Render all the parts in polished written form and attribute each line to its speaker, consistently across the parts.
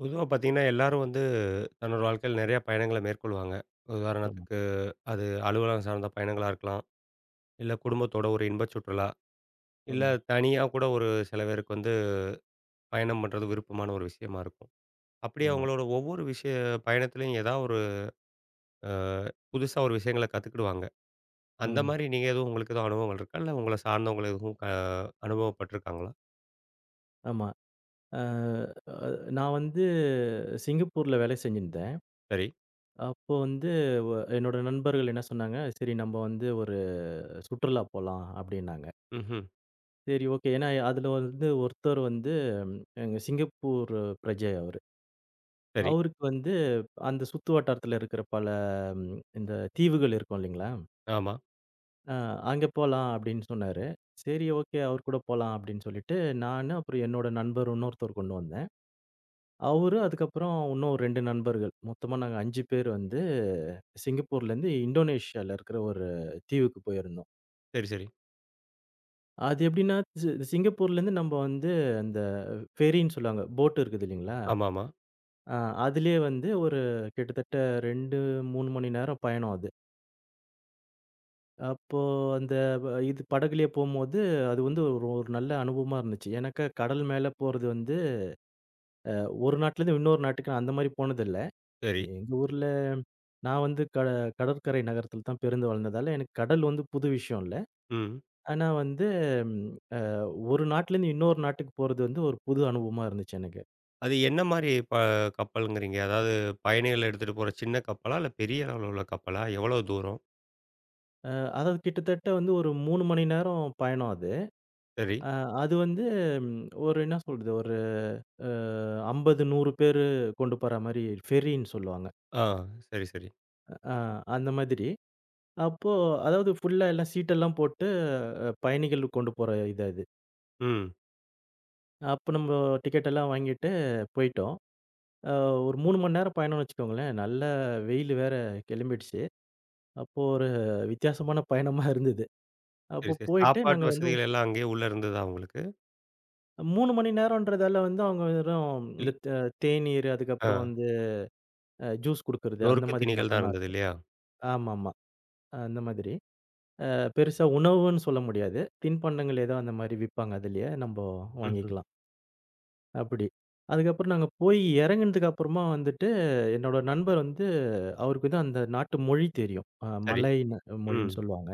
Speaker 1: பொதுவா பார்த்தீங்கன்னா, எல்லாரும் வந்து தன்னோட வாழ்க்கையில நெறைய பயணங்கள மேற்கொள்வாங்க.
Speaker 2: ஆமா.
Speaker 1: உதாரணத்துக்கு அது அலுவலகம் சார்ந்த பயணங்களா இருக்கலாம். இல்ல குடும்பத்தோட ஒரு இன்ப சுற்றுலா. இல்ல
Speaker 2: ம்.
Speaker 1: தனியா கூட ஒரு சில பேருக்கு வந்து பயணம் பண்றது விருப்பமான ஒரு விஷயமா இருக்கும். அப்படி
Speaker 2: ஆமா.
Speaker 1: அவங்களோட ஒவ்வொரு பயணத்திலயும் ஏதாவது ஒரு அ புதுசா ஒரு விஷயங்கள கத்துக்கிடுவாங்க. அந்த
Speaker 2: ம்.
Speaker 1: மாரி நீங்க எதுவும் உங்களுக்கு எதுவும் அனுபவங்கள் இருக்கா? இல்ல உங்கள சார்ந்தவங்கள எதுவும் அனுபவப்பட்டுருக்காங்களா?
Speaker 2: ஆமா. அ அ நான் வந்து சிங்கப்பூர்ல வேலை செஞ்சிருந்தேன்.
Speaker 1: சரி.
Speaker 2: அப்போ வந்து வ என்னோட நண்பர்கள் என்ன சொன்னாங்க, "சரி நம்ம வந்து ஒரு சுற்றுலா போலாம்" அப்படின்னாங்க.
Speaker 1: ம்ஹ்ம்.
Speaker 2: சரி, ஓகே. ஏன்னா அதுல வந்து ஒருத்தர் வந்து எங்க சிங்கப்பூர் பிரஜை அவரு.
Speaker 1: சரி.
Speaker 2: அவருக்கு வந்து அந்த சுத்து வட்டாரத்துல இருக்கிற பல இந்த தீவுகள் இருக்கும் இல்லைங்களா?
Speaker 1: ஆமா.
Speaker 2: அ அங்க போலாம் அப்படின்னு சொன்னாரு. சரி, ஓகே, அவர் கூட போலாம் அப்படின்னு சொல்லிட்டு, நானு அப்புறம் என்னோட நண்பர் இன்னொருத்தர் கொண்டு வந்தேன். அவரு, அதுக்கப்புறம் இன்னும் 2 நண்பர்கள். மொத்தமா நாங்க 5 பேர் வந்து சிங்கப்பூர்லேருந்து இந்தோனேஷியால இருக்கிற ஒரு தீவுக்கு போயிருந்தோம்.
Speaker 1: சரி, சரி.
Speaker 2: அது எப்படின்னா, சிங்கப்பூர்லேருந்து நம்ம வந்து அந்த ஃபெரின்னு சொல்லுவாங்க. போட் இருக்குது இல்லைங்களா?
Speaker 1: ஆமாமா.
Speaker 2: அ அதிலயே வந்து ஒரு கிட்டத்தட்ட 2, 3 மணி நேரம் பயணம் அது. அப்போ அந்த வ இது படகுலயே போம்போது, அது வந்து ஒரு ஒரு நல்ல அனுபவமா இருந்துச்சு. ஏன்னாக்கா கடல் மேல போறது வந்து, ஒரு நாட்டுலேருந்து இன்னொரு நாட்டுக்கு நான் அந்த மாரி போனதில்ல.
Speaker 1: சரி.
Speaker 2: எங்க ஊர்ல நான் வந்து கடற்கரை நகரத்தில தான் பிறந்து வளர்ந்ததால, எனக்கு கடல் வந்து புது விஷயம் இல்ல.
Speaker 1: ம்.
Speaker 2: ஆனா வந்து ம் ஒரு நாட்டிலேருந்து இன்னொரு நாட்டுக்கு போறது வந்து ஒரு புது அனுபவமா இருந்துச்சு எனக்கு.
Speaker 1: அது என்ன மாரி கப்பல்ங்கிறீங்க? அதாவது பயணிகள் எடுத்துட்டு போற சின்ன கப்பலா? இல்ல பெரிய அளவுல உள்ள கப்பலா? எவ்வளோ தூரம்?
Speaker 2: அ அதாவது கிட்டத்தட்ட வந்து ஒரு 3 மணி நேரம் பயணம் அது.
Speaker 1: சரி.
Speaker 2: அ அது வந்து ம் ஒரு என்ன சொல்றது, ஒரு அ 50, 100 பேரு கொண்டு போற மாரி ஃபெரின்னு சொல்லுவாங்க.
Speaker 1: ஆ, சரி, சரி.
Speaker 2: அ அந்த மாதிரி. அப்போ அதாவது ஃபுல்லா எல்லாம் சீட்டெல்லாம் போட்டு பயணிகள் கொண்டு போற இது அது.
Speaker 1: ம்.
Speaker 2: அப்போ நம்ப டிக்கெட் எல்லாம் வாங்கிட்டு போயிட்டோம். அ ஒரு 3 மணி நேரம் பயணம்னு வச்சுக்கோங்களேன். நல்ல வெயில் வேற கிளம்பிடுச்சு. அப்போ ஒரு வித்தியாசமான பயணமா இருந்தது.
Speaker 1: சரி,
Speaker 2: அப்போ
Speaker 1: சரி.
Speaker 2: போயிட்டு
Speaker 1: சாப்பாட்டு
Speaker 2: நாங்க வந்து
Speaker 1: வசதிகள் எல்லாம் அங்கேயே உள்ள இருந்ததா உங்களுக்கு?
Speaker 2: 3 மணி நேரம்ன்றதால வந்து அவங்க வெறும் இந்த
Speaker 1: இல்
Speaker 2: தேநீர்,
Speaker 1: ஆ,
Speaker 2: அதுக்கப்புறம் வந்து ஜூஸ் குடுக்குறது அந்த
Speaker 1: நொறுக்கு
Speaker 2: மாதிரி
Speaker 1: தீனிகள் தான்
Speaker 2: மட்டும் தான்
Speaker 1: இருந்தது
Speaker 2: இருக்கும்.
Speaker 1: இல்லையா?
Speaker 2: ஆமாமா. அந்த மாதிரி. பெருசா உணவுன்னு சொல்ல முடியாது. தின்பண்டங்கள் ஏதோ அந்த மாதிரி விப்பாங்க அதிலயே. நம்ப
Speaker 1: ம்ஹ்ம்.
Speaker 2: வாங்கிக்கலாம். அப்படி. அதுக்கப்புறம் நாங்க போய் இறங்குனதுக்கு அப்புறமா வந்துட்டு, என்னோட நண்பர் வந்து அவருக்கு வந்து அந்த நாட்டு மொழி தெரியும்.
Speaker 1: சரி.
Speaker 2: மலை ந
Speaker 1: ம்.
Speaker 2: மொழின்னு சொல்லுவாங்க.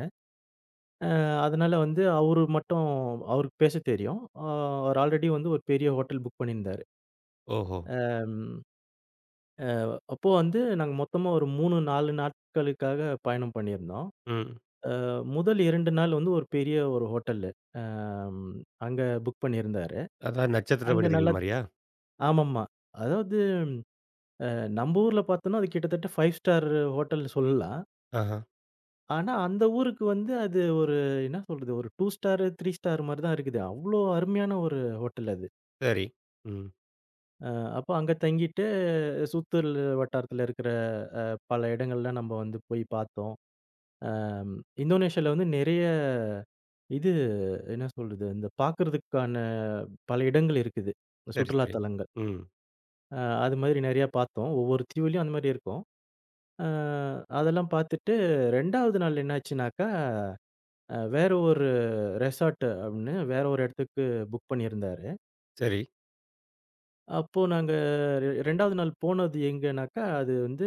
Speaker 2: அ அதனால வந்து அவரு மட்டும் அவருக்கு பேச தெரியும். அவர் ஆல்ரெடி வந்து ஒரு பெரிய ஹோட்டல் புக் பண்ணியிருந்தாரு.
Speaker 1: ஓஹோ!
Speaker 2: அம் அப்போ வந்து நாங்க மொத்தமா ஒரு 3, 4 நாட்களுக்காக பயணம் பண்ணியிருந்தோம்.
Speaker 1: ம்.
Speaker 2: முதல் 2 நாள் வந்து ஒரு பெரிய ஒரு ஹோட்டலு. அம் அங்க புக் பண்ணியிருந்தாரு.
Speaker 1: அதான் நட்சத்திர
Speaker 2: அங்க நல்லா
Speaker 1: விடுதிகள் மாரியா?
Speaker 2: ஆமாமா. அதாவது நம்ம ஊர்ல பார்த்தோம்னா, அது கிட்டத்தட்ட 5 ஸ்டார் ஹோட்டல் சொல்லலாம்.
Speaker 1: ஆஹா.
Speaker 2: ஆனா, அந்த ஊருக்கு வந்து அது ஒரு என்ன சொல்றது? ஒரு 2 ஸ்டாரு, 3 ஸ்டார் மாரி தான் இருக்குது. அவ்ளோ அருமையான ஒரு ஹோட்டல் அது.
Speaker 1: சரி. ம்.
Speaker 2: அ அப்போ அங்க தங்கிட்டு சுத்தூர் வட்டாரத்துல இருக்கிற பல இடங்கள்ல நம்ம வந்து போய் பார்த்தோம். அம் இந்தோனேஷியால வந்து நெறைய இது என்ன சொல்றது? இந்த பார்க்கறதுக்கான பல இடங்கள் இருக்குது.
Speaker 1: சரி,
Speaker 2: சுற்றுலா
Speaker 1: சரி.
Speaker 2: தலங்கள்.
Speaker 1: ம்.
Speaker 2: அ அது மாதிரி நெறையா பார்த்தோம். ஒவ்வொரு தீவுலயும் அந்த மாரி இருக்கும். அ அதெல்லாம் பார்த்துட்டு 2வது நாள் என்னாச்சுனாக்கா, வேற ஒரு ரெசார்ட் அப்படின்னு வேற ஒரு இடத்துக்கு புக் பண்ணியிருந்தாரு.
Speaker 1: சரி.
Speaker 2: அப்போ நாங்க 2வது நாள் போனது எங்கனாக்கா, அது வந்து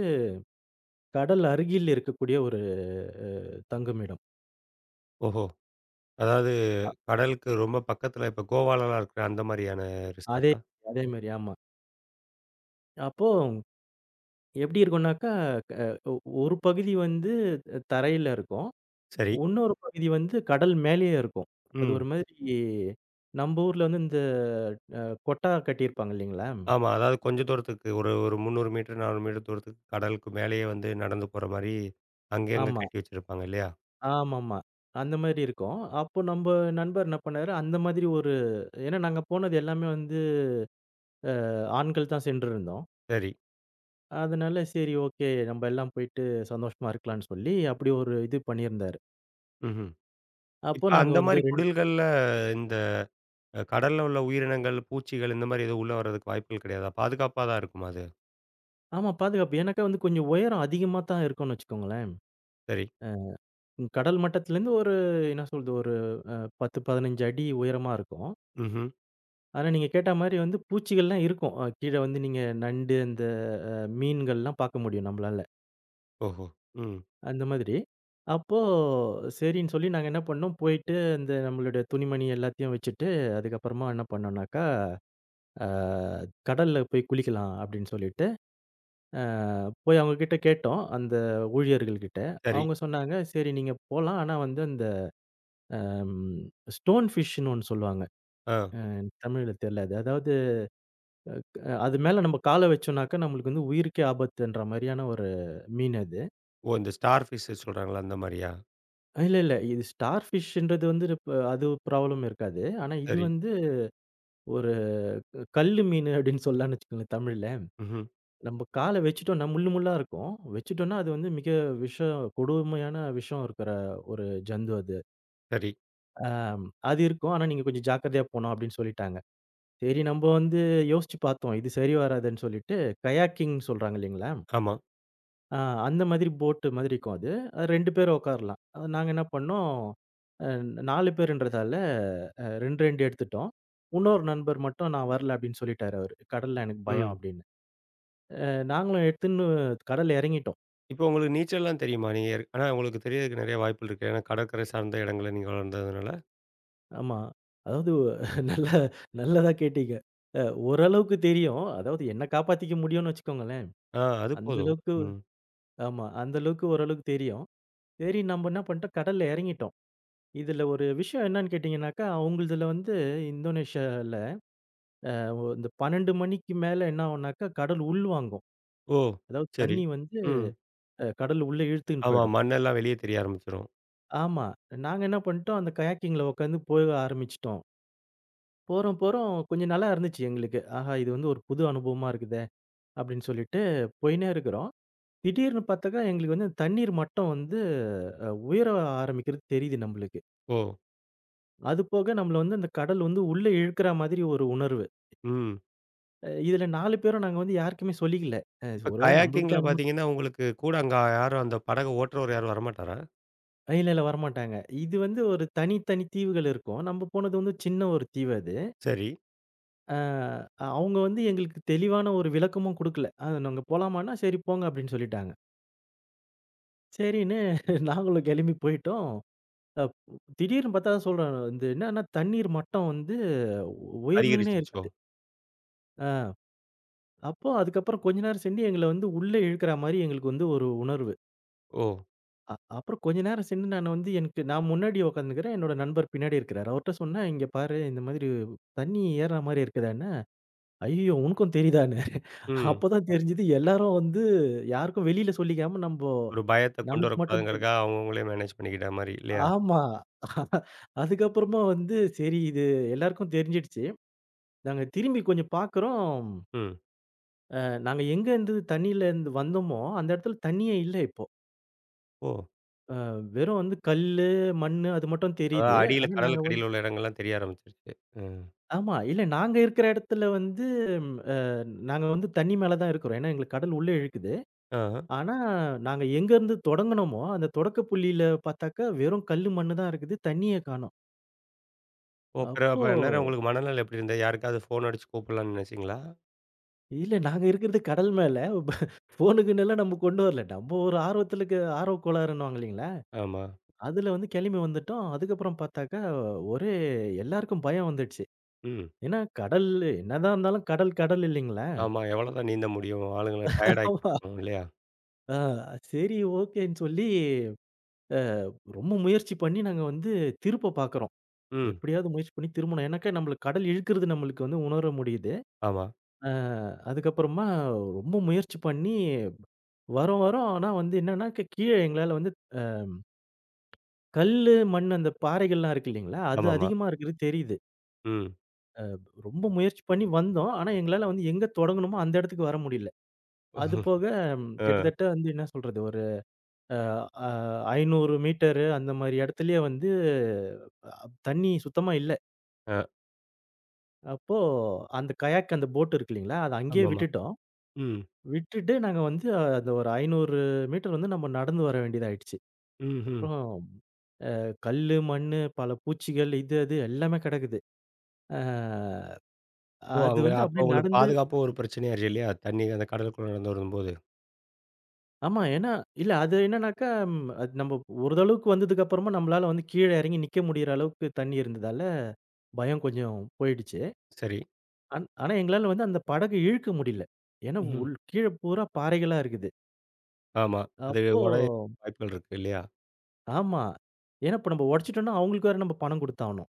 Speaker 2: கடல் அருகில் இருக்கக்கூடிய ஒரு அ தங்குமிடம்.
Speaker 1: ஓஹோ! அதாவது கடலுக்கு ரொம்ப பக்கத்துல இப்ப கோவாலலாம் இருக்கிற அந்த மாரியான
Speaker 2: அதே
Speaker 1: ரிசார்ட்டா?
Speaker 2: அதேமாரி ஆமா. அப்போ எப்பிடி இருக்குனாக்கா, க ஒரு பகுதி வந்து தரையில இருக்கும்.
Speaker 1: சரி.
Speaker 2: இன்னொரு பகுதி வந்து கடல் மேலேயே இருக்கும். அது
Speaker 1: ம்.
Speaker 2: ஒரு மாதிரி நம்ப ஊர்ல வந்து இந்த அ கொட்டா கட்டியிருப்பாங்க இல்லேங்களா!
Speaker 1: ஆமா. அதாவது கொஞ்ச தூரத்துக்கு ஒரு ஒரு 300 மீட்டர், 400 மீட்டர் தூரத்துக்கு கடலுக்கு மேலேயே வந்து நடந்து போற மாரி, அங்கங்க
Speaker 2: ஆமா.
Speaker 1: கட்டி வச்சிருப்பாங்க இல்லையா?
Speaker 2: ஆமாமா. அந்தமாரி இருக்கும். அப்போ நம்ப நண்பர் என்ன பண்ணாரு, அந்த மாதிரி ஒரு ஏன்னா நாங்க போனது எல்லாமே வந்து ஆண்கள் தான் சென்றிருந்தோம்.
Speaker 1: சரி.
Speaker 2: அதனால சரி, ஓகே. நம்ப எல்லாம் போயிட்டு சந்தோஷமா இருக்கலான்னு சொல்லி, அப்படி ஒரு இது பண்ணியிருந்தாரு.
Speaker 1: ம்ஹ்ம்.
Speaker 2: அப்போ
Speaker 1: இப்ப
Speaker 2: நாங்க
Speaker 1: அந்த
Speaker 2: வந்து
Speaker 1: மாரி குடில்கள்ல இந்த கடல்ல உள்ள உயிரினங்கள், பூச்சிகள் இந்த மாரி எதுவும் உள்ள வர்றதுக்கு வாய்ப்புகள் கிடையாதா? பாதுகாப்பா தான் இருக்குமா அது?
Speaker 2: ஆமா, பாதுகாப்பு. ஏன்னாக்கா வந்து கொஞ்சம் உயரம் அதிகமா தான் இருக்கும்னு வச்சுக்கோங்களேன்.
Speaker 1: சரி.
Speaker 2: உம், கடல் மட்டத்திலேருந்து ஒரு என்ன சொல்றது, ஒரு அ 10, 15 அடி உயரமா இருக்கும்.
Speaker 1: ம்ஹ்ம்.
Speaker 2: ஆனா நீங்க கேட்டா மாரி வந்து பூச்சிகள்லாம் இருக்கும். கீழ வந்து நீங்க நண்டு, அந்த மீன்கள்லாம் பார்க்க முடியும் நம்மளால.
Speaker 1: ஓஹோ! ம்.
Speaker 2: அந்த மாதிரி. அப்போ சரின்னு சொல்லி நாங்க என்ன பண்ணோம், போயிட்டு அந்த நம்மளுடைய துணிமணி எல்லாத்தையும் வச்சுட்டு, அதுக்கப்புறமா என்ன பண்ணோம்னாக்கா அ கடல்ல போய் குளிக்கலாம் அப்படின்னு சொல்லிட்டு, அ போய் அவங்க கிட்ட கேட்டோம். அந்த ஊழியர்கள் கிட்ட.
Speaker 1: சரி.
Speaker 2: அவங்க சொன்னாங்க, "சரி நீங்க போலாம். ஆனா வந்து அந்த ம் ஸ்டோன் ஃபிஷ்ன்னு ஒண்ணு சொல்லுவாங்க.
Speaker 1: ஆ.
Speaker 2: எனக்கு தமிழ்ல தெரியல அது. அதாவது அது மேல நம்ம கால வச்சோம்னாக்கா, நம்மளுக்கு வந்து உயிருக்கே ஆபத்துன்ற மாரியான ஒரு மீன் அது.
Speaker 1: ஓ! இந்த ஸ்டார் ஃபிஷ் சொல்றாங்கல்ல அந்த மாரியா?
Speaker 2: இல்ல, இல்ல. இது ஸ்டார் ஃபிஷ்ன்றது வந்து இப்ப அது ப்ராப்ளம் இருக்காது. ஆனா இது
Speaker 1: சரி.
Speaker 2: வந்து ஒரு கல்லு மீன் அப்படின்னு சொல்லலாம்னு வச்சுக்கோங்களேன் தமிழ்ல."
Speaker 1: ம்ஹ்ம்.
Speaker 2: நம்ப கால வச்சுட்டோம்னா, முள்ளு முள்ளா இருக்கும். வச்சுட்டோம்னா, அது வந்து மிக விஷம், கொடுமையான விஷம் இருக்கிற ஒரு ஜந்து அது.
Speaker 1: சரி.
Speaker 2: அது இருக்கும். ஆனா, நீங்க கொஞ்சம் ஜாக்கிரதையா போணும் அப்படின்னு சொல்லிட்டாங்க. சரி நம்ப வந்து யோசிச்சு பார்த்தோம். இது சரி வராதுன்னு சொல்லிட்டு, கயாக்கிங்ன்னு சொல்றாங்க இல்லைங்களா?
Speaker 1: ஆமா.
Speaker 2: அ அந்த மாதிரி போட் மாதிரி இருக்கும் அது. 2 பேர் உட்காரலாம். அது நாங்க என்ன பண்ணோம், அ 4 பேருன்றதால 2, 2 எடுத்துட்டோம். உன்னொரு நண்பர் மட்டும் நான் வரல அப்படின்னு சொல்லிட்டாரு அவரு. கடல்ல எனக்கு பயம்
Speaker 1: ம்.
Speaker 2: அப்படின்னு. நாங்களும் எடுத்துன்னு கடல்ல இறங்கிட்டோம்.
Speaker 1: இப்போ உங்களுக்கு நீச்சல்லாம் தெரியுமா? ஆனா உங்களுக்கு தெரியறதுக்கு நெறைய வாய்ப்புகள் இருக்கு. ஏன்னா கடற்கரை சார்ந்த இடங்கள்ல நீங்க வளர்ந்ததுனால.
Speaker 2: ஆமா. அதாவது நல்ல, நல்லதா கேட்டீங்க. அ ஓரளவுக்கு தெரியும். அதாவது என்ன காப்பாத்திக்க முடியும்னு வச்சுக்கோங்களேன்.
Speaker 1: ஆ, அது
Speaker 2: அந்த
Speaker 1: போதும்.
Speaker 2: அளவுக்கு
Speaker 1: ம்.
Speaker 2: ஆமா. அந்த அளவுக்கு ஓரளவுக்கு தெரியும். சரி நம்ம என்ன பண்ணிட்டோம், கடல்ல இறங்கிட்டோம். இதுல ஒரு விஷயம் என்னன்னு கேட்டீங்கன்னாக்கா, அவங்களுதுல வந்து இந்தோனேஷியால இந்த 12 மணிக்கு மேல என்ன ஆகும்னாக்கா, கடல் உள்வாங்கும்.
Speaker 1: ஓ!
Speaker 2: அதாவது
Speaker 1: சரி.
Speaker 2: தண்ணி வந்து
Speaker 1: ம்.
Speaker 2: கடல் உள்ள இழுத்துன்னு
Speaker 1: ஆமா.
Speaker 2: போயிடும்.
Speaker 1: மண்ணெல்லாம் வெளிய தெரிய ஆரம்பிச்சுரும்.
Speaker 2: ஆமா. நாங்க என்ன பண்ணிட்டோம், அந்த கயாக்கிங்ல உட்காந்து போக ஆரம்பிச்சுட்டோம். போறோம், போறோம், கொஞ்சம் நல்லா இருந்துச்சு எங்களுக்கு. ஆஹா! இது வந்து ஒரு புது அனுபவமா இருக்குது. அப்படின்னு சொல்லிட்டு போயின்னே இருக்கிறோம். திடீர்னு பார்த்தாக்கா, எங்களுக்கு வந்து தண்ணீர் மட்டம் வந்து உயர ஆரம்பிக்கிறது தெரியுது நம்பளுக்கு.
Speaker 1: ஓ!
Speaker 2: அது போக நம்மள வந்து அந்த கடல் வந்து உள்ள இழுக்கிற மாதிரி ஒரு உணர்வு.
Speaker 1: ம்.
Speaker 2: இதுல 4 பேரும் நாங்க வந்து யாருக்குமே சொல்லிக்கல.
Speaker 1: இப்ப
Speaker 2: ஒருவேள நம்மளுக்கு
Speaker 1: கயாக்கிங்ல
Speaker 2: தான் என்னமோ
Speaker 1: பார்த்தீங்கன்னா, உங்களுக்கு கூட அங்க யாரும் அந்த படக ஓட்டுறவரு யாரும் வரமாட்டாரா?
Speaker 2: இல்ல, இல்ல வரமாட்டாங்க. இது வந்து ஒரு தனி, தனி தீவுகள் இருக்கும். நம்ம போனது வந்து சின்ன ஒரு தீவு அது.
Speaker 1: சரி.
Speaker 2: அ அவங்க வந்து எங்களுக்கு தெளிவான ஒரு விளக்கமும் குடுக்கல. நாங்க போலாமான்னா, "சரி போங்க" அப்படின்னு சொல்லிட்டாங்க. சரின்னு நாங்களும் கெளம்பி போயிட்டோம். அப் திடீர்னு பார்த்தா அதான் சொல்றேன். இந்த என்னன்னா தண்ணீர் மட்டம் வந்து உயர்ந்துகின்னே
Speaker 1: அதிகரிச்சுருச்சோ!
Speaker 2: இருக்குது. ஆ அப்போ அதுக்கப்புறம் கொஞ்ச நேரம் சென்று எங்கள வந்து உள்ளே இழுக்கிற மாரி எங்களுக்கு வந்து ஒரு உணர்வு.
Speaker 1: ஓ!
Speaker 2: அப்புறம் கொஞ்ச நேரம் சென்று நான் வந்து எனக்கு நான் முன்னாடி உட்காந்துருக்கிறேன். என்னோட நண்பர் பின்னாடி இருக்கிறாரு. அவர்ட்ட சொன்னேன், "இங்க பாரு, இந்த மாதிரி தண்ணி ஏறுற மாரி இருக்குதான்னு." "ஐயய்யோ! உனக்கும் தெரியுதான்னாரு."
Speaker 1: ம்.
Speaker 2: அப்பதான் தெரிஞ்சது எல்லாரும் வந்து யாருக்கும் வெளியில சொல்லிக்காம நம்போ
Speaker 1: ஒரு பயத்த கொண்டு
Speaker 2: நமக்கு மட்டும்
Speaker 1: வரக்கூடாதுங்கிறதுக்காக அவங்கவங்களே மேனேஜ் பண்ணிக்கிட்டா மாரி இல்லையா?
Speaker 2: ஆமா. அதுக்கப்புறமா வந்து சரி, இது எல்லாருக்கும் தெரிஞ்சிடுச்சு. நாங்க திரும்பி கொஞ்சம் பார்க்குறோம்,
Speaker 1: ம்.
Speaker 2: நாங்க எங்கேருந்து தண்ணீலருந்து வந்தோமோ, அந்த இடத்துல தண்ணியே இல்ல இப்போ.
Speaker 1: ஓ!
Speaker 2: அ வெறும் வந்து கல்லு, மண்ணு அது மட்டும்
Speaker 1: அதாவது
Speaker 2: தெரியுது.
Speaker 1: அடியில
Speaker 2: ஆனா நாங்க
Speaker 1: கடலுக்கு அடியில உள்ள இடங்கள்லாம் தெரிய ஆரம்பிச்சுருச்சு. ம்.
Speaker 2: ஆமா. இல்ல நாங்க இருக்கிற இடத்துல வந்து அ நாங்க வந்து தண்ணி மேல தான் இருக்கிறோம். ஏன்னா எங்களுக்கு கடல் உள்ள இழுக்குது.
Speaker 1: ஆஹ.
Speaker 2: ஆனா நாங்க எங்கேருந்து தொடங்குனோமோ, அந்த தொடக்க புள்ளியில பார்த்தாக்கா வெறும் கல்லு, மண்ணு தான் இருக்குது. தண்ணியே காணோம்.
Speaker 1: ஓ! பிறகு
Speaker 2: அப்போ
Speaker 1: அப்ப அந்நேரம் உங்களுக்கு மனநிலை எப்படி இருந்தது? யாருக்காவது ஃபோன் அடிச்சு கூப்பிடலாம்னு நினைச்சீங்களா?
Speaker 2: இல்ல நாங்க இருக்கிறது கடல் மேல. ஃபோனு கீனு எல்லாம் நம்ம கொண்டு வரல. நம்ம ஒரு ஆர்வத்துல இருக்க ஆர்வ கோளாறுன்னுவாங்க இல்லைங்களா?
Speaker 1: ஆமா.
Speaker 2: அதுல வந்து கெளம்பி வந்துட்டோம். அதுக்கப்புறம் பார்த்தாக்கா, ஒரே எல்லாருக்கும் பயம் வந்துடுச்சு.
Speaker 1: ம்.
Speaker 2: ஏன்னா கடல் என்னதான் இருந்தாலும் கடல், கடல் இல்லைங்களா?
Speaker 1: ஆமா. எவ்வளோதான் நீந்த முடியும்? ஆளுங்கள டயர்ட் ஆக்கி
Speaker 2: ஆமா.
Speaker 1: விட்டுரும் இல்லையா?
Speaker 2: ஆ சரி, ஓகேன்னு சொல்லி, அ ரொம்ப முயற்சி பண்ணி நாங்க வந்து திருப்ப பார்க்குறோம்.
Speaker 1: ம்.
Speaker 2: எப்படியாவது முயற்சி பண்ணி திரும்பணும். ஏன்னாக்கா நம்மளுக்கு கடல் இழுக்குறது நம்மளுக்கு வந்து உணர முடியுது.
Speaker 1: ஆமா.
Speaker 2: அ அதுக்கப்புறமா ரொம்ப முயற்சி பண்ணி வரோம், வரோம். ஆனா வந்து என்னன்னா, கீழ எங்களால வந்து அ கல்லு, மண் அந்த பாறைகள்லாம் இருக்கு இல்லைங்களா? அது
Speaker 1: ஆமாமா.
Speaker 2: அதிகமா இருக்கிறது தெரியுது.
Speaker 1: ம்.
Speaker 2: ரொம்ப முயற்சி பண்ணி வந்தோம். ஆனா, எங்களால வந்து எங்க தொடங்கணுமோ அந்த இடத்துக்கு வர முடியல. அது போக
Speaker 1: அ,
Speaker 2: கிட்டத்தட்ட வந்து என்ன சொல்றது? ஒரு அ அ 500 மீட்டரு அந்த மாரி இடத்துலயே வந்து அ தண்ணி சுத்தமா இல்ல.
Speaker 1: அ.
Speaker 2: அப்போ அந்த கயாக் அந்த போட் இருக்கு இல்லைங்களா? அத அங்கேயே
Speaker 1: ஆமாமா.
Speaker 2: விட்டுட்டோம்.
Speaker 1: ம்.
Speaker 2: விட்டுட்டு நாங்க வந்து அந்த ஒரு 500 மீட்டர் வந்து நம்ம நடந்து வர வேண்டியதாயிடுச்சு.
Speaker 1: ம்ஹ்ம்.
Speaker 2: அப்புறம் கல்லு, மண்ணு, பல பூச்சிகள் இது, அது எல்லாமே கிடக்குது. அ
Speaker 1: ஓ!
Speaker 2: அது
Speaker 1: அங்க
Speaker 2: வந்து
Speaker 1: அப்ப
Speaker 2: அப்படியே
Speaker 1: உங்களுக்கு
Speaker 2: நடந்து
Speaker 1: பாதுகாப்பும் ஒரு பிரச்சனையாயிருச்சு இல்லையா? தண்ணி அந்த கடலுக்குள்ள நடந்து வரும்போது.
Speaker 2: ஆமா. ஏன்னா இல்ல அது என்னன்னாக்கா, அது நம்ம ஓரளவுக்கு வந்ததுக்கு அப்புறமா நம்மளால வந்து கீழ இறங்கி நிக்க முடியிற அளவுக்கு தண்ணி இருந்ததால, பயம் கொஞ்சம் போயிடுச்சு.
Speaker 1: சரி.
Speaker 2: ஆனா எங்களால வந்து அந்த படகு இழுக்க முடியல. ஏன்னா
Speaker 1: ம்ஹ்ம்.
Speaker 2: உள் கீழ பூரா பாறைகளா இருக்குது.
Speaker 1: ஆமா. அது
Speaker 2: அப்போ
Speaker 1: உடைய வாய்ப்புகள் இருக்கு இல்லையா?
Speaker 2: ஆமா. ஏன்னா இப்ப நம்ம உடைச்சுட்டோம்னா, அவங்களுக்கு வேற நம்ம பணம் குடுத்தாவணும்.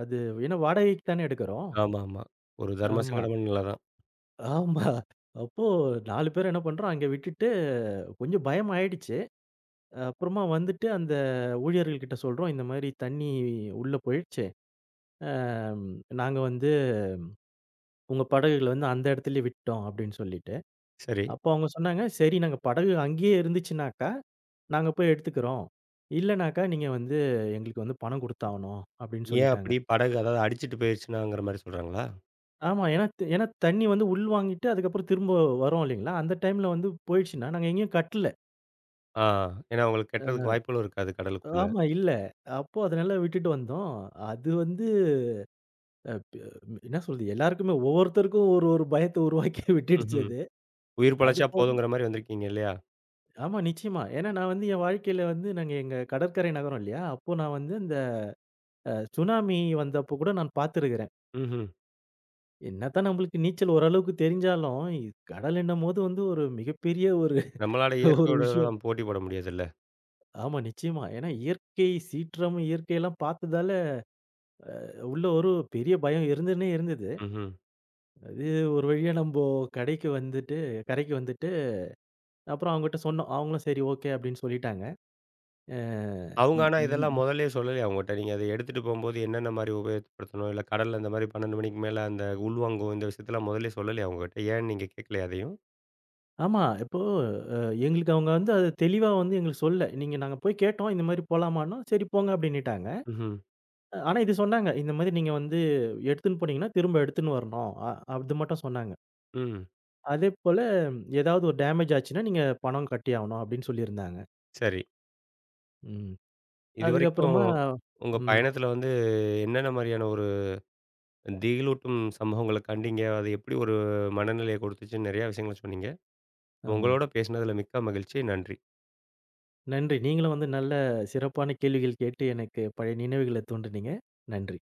Speaker 2: அது ஏன்னா வாடகைக்கு தானே எடுக்கிறோம்.
Speaker 1: ஆமாமா. ஒரு தர்ம
Speaker 2: ஆமா,
Speaker 1: சங்கடமான நிலை தான்.
Speaker 2: ஆமா. அப்போ 4 பேரும் என்ன பண்றோம், அங்க விட்டுட்டு கொஞ்சம் பயம் ஆயிடுச்சு. அப்புறமா வந்துட்டு அந்த ஊழியர்கள்கிட்ட சொல்றோம், இந்த மாரி தண்ணி உள்ள போயிடுச்சு. அம் நாங்க வந்து உங்க படகுகள வந்து அந்த இடத்துலயே விட்டுட்டோம் அப்படின்னு சொல்லிட்டு.
Speaker 1: சரி.
Speaker 2: அப்போ அவங்க சொன்னாங்க, "சரி நாங்க படகு அங்கேயே இருந்துச்சுனாக்கா, நாங்க போய் எடுத்துக்கிறோம். இல்லனாக்கா நீங்க வந்து எங்களுக்கு வந்து பணம் குடுத்தாவணும்" அப்படின்னு
Speaker 1: ஏன்
Speaker 2: சொல்லிட்டாங்க.
Speaker 1: அப்படி படகு அதாவது அடிச்சுட்டு போயிருச்சுனாங்கிற மாரி சொல்றாங்களா?
Speaker 2: ஆமா. ஏன்னா தண்ணி வந்து உள்வாங்கிட்டு அதுக்கப்புறம் திரும்ப வரும் இல்லைங்களா? அந்த டைம்ல வந்து போயிடுச்சுன்னா நாங்க எங்கேயும் கட்டல.
Speaker 1: ஆ. ஏன்னா உங்களுக்கு கெட்டுறதுக்கு
Speaker 2: அ
Speaker 1: வாய்ப்புகளும் இருக்காது கடலுக்குள்ள.
Speaker 2: ஆமா, இல்ல. அப்போ அதனால விட்டுட்டு வந்தோம். அது வந்து அ ப என்ன சொல்றது எல்லாருக்குமே ஒவ்வொருத்தருக்கும் ஒரு ஒரு பயத்த உருவாக்கி விட்டுடுச்சு
Speaker 1: ம்ஹ்ம்.
Speaker 2: அது.
Speaker 1: உயிர்
Speaker 2: அது
Speaker 1: பிழைச்சா
Speaker 2: போக
Speaker 1: போதுங்கிற மாரி வந்திருக்கீங்க இல்லையா?
Speaker 2: ஆமா, நிச்சயமா. ஏன்னா நான் வந்து என் வாழ்க்கையில வந்து நாங்க எங்க கடற்கரை நகரம் இல்லையா? அப்போ நான் வந்து இந்த சுனாமி வந்தப்போ கூட நான் பார்த்துருக்கிறேன்.
Speaker 1: ம்ஹ்ம்.
Speaker 2: என்னதான் நம்மளுக்கு நீச்சல் ஓரளவுக்கு தெரிஞ்சாலும், கடலுன்னம்போது வந்து ஒரு மிகப்பெரிய ஒரு
Speaker 1: நம்மளால
Speaker 2: ஒரு விஷயம்.
Speaker 1: இயற்கையுடன் போட்டி போட முடியாதுல்ல.
Speaker 2: ஆமா, நிச்சயமா. ஏன்னா இயற்கை சீற்றம், இயற்கையெல்லாம் பார்த்ததால உள்ள ஒரு பெரிய பயம் இருந்துன்னே இருந்தது.
Speaker 1: ம்ஹ்ம்.
Speaker 2: அது ஒரு வழியா நம்போ கடைக்கு வந்துட்டு கரைக்கு வந்துட்டு, அப்புறம் அவங்கட்ட சொன்னோம். அவங்களும் சரி, ஓகே அப்படின்னு சொல்லிட்டாங்க. அ
Speaker 1: அவங்க
Speaker 2: இ
Speaker 1: ஆனா
Speaker 2: இ
Speaker 1: இதெல்லாம் முதல்லயே சொல்லலையா உங்கட்ட? நீங்க அத எடுத்துட்டு போம்போது என்னென்ன மாரி உபயோகப்படுத்தணும்? இல்ல கடல்ல இந்த மாரி 12 மணிக்கு மேல அந்த உள்வாங்கும் இந்த விஷயத்தலாம் முதல்லயே சொல்லலையா உங்ககிட்ட? ஏன் நீங்க கேட்கலையா அதையும்?
Speaker 2: ஆமா. இப்போ அ எங்களுக்கு அவங்க வந்து அது தெளிவா வந்து எங்களுக்கு சொல்லல. நாங்க போய் கேட்டோம். இந்த மாரி போலாமான்னோம். "சரி போங்க" அப்படின்னுட்டாங்க.
Speaker 1: ம்ஹ்ம்.
Speaker 2: ஆனா இது சொன்னாங்க. "இந்த மாரி நீங்க வந்து எடுத்துன்னு போனீங்கன்னா, திரும்ப எடுத்துன்னு வரணும்." அது மட்டும் சொன்னாங்க.
Speaker 1: ம்.
Speaker 2: அதேபோல ஏதாவது ஒரு டேமேஜ் ஆச்சுன்னா, நீங்க பணம் கட்டியாகணும் அப்படின்னு சொல்லியிருந்தாங்க.
Speaker 1: சரி.
Speaker 2: ம்.
Speaker 1: இதுவரைக்கும்
Speaker 2: அதுக்கப்புறமா
Speaker 1: உங்க
Speaker 2: ம்.
Speaker 1: பயணத்துல வந்து என்னென்ன மாரியான ஒரு திகிலூட்டும் சம்பவங்கள கண்டீங்க? அது எப்படி ஒரு மனநிலைய கொடுத்துச்சுன்னு நெறையா விஷயங்கள சொன்னீங்க.
Speaker 2: ஆமா.
Speaker 1: உங்களோட பேசினதுல மிக்க மகிழ்ச்சி. நன்றி.
Speaker 2: நன்றி. நீங்களும் வந்து நல்ல சிறப்பான கேள்விகள் கேட்டு எனக்கு பழைய நினைவுகள தூண்டுனீங்க. நன்றி.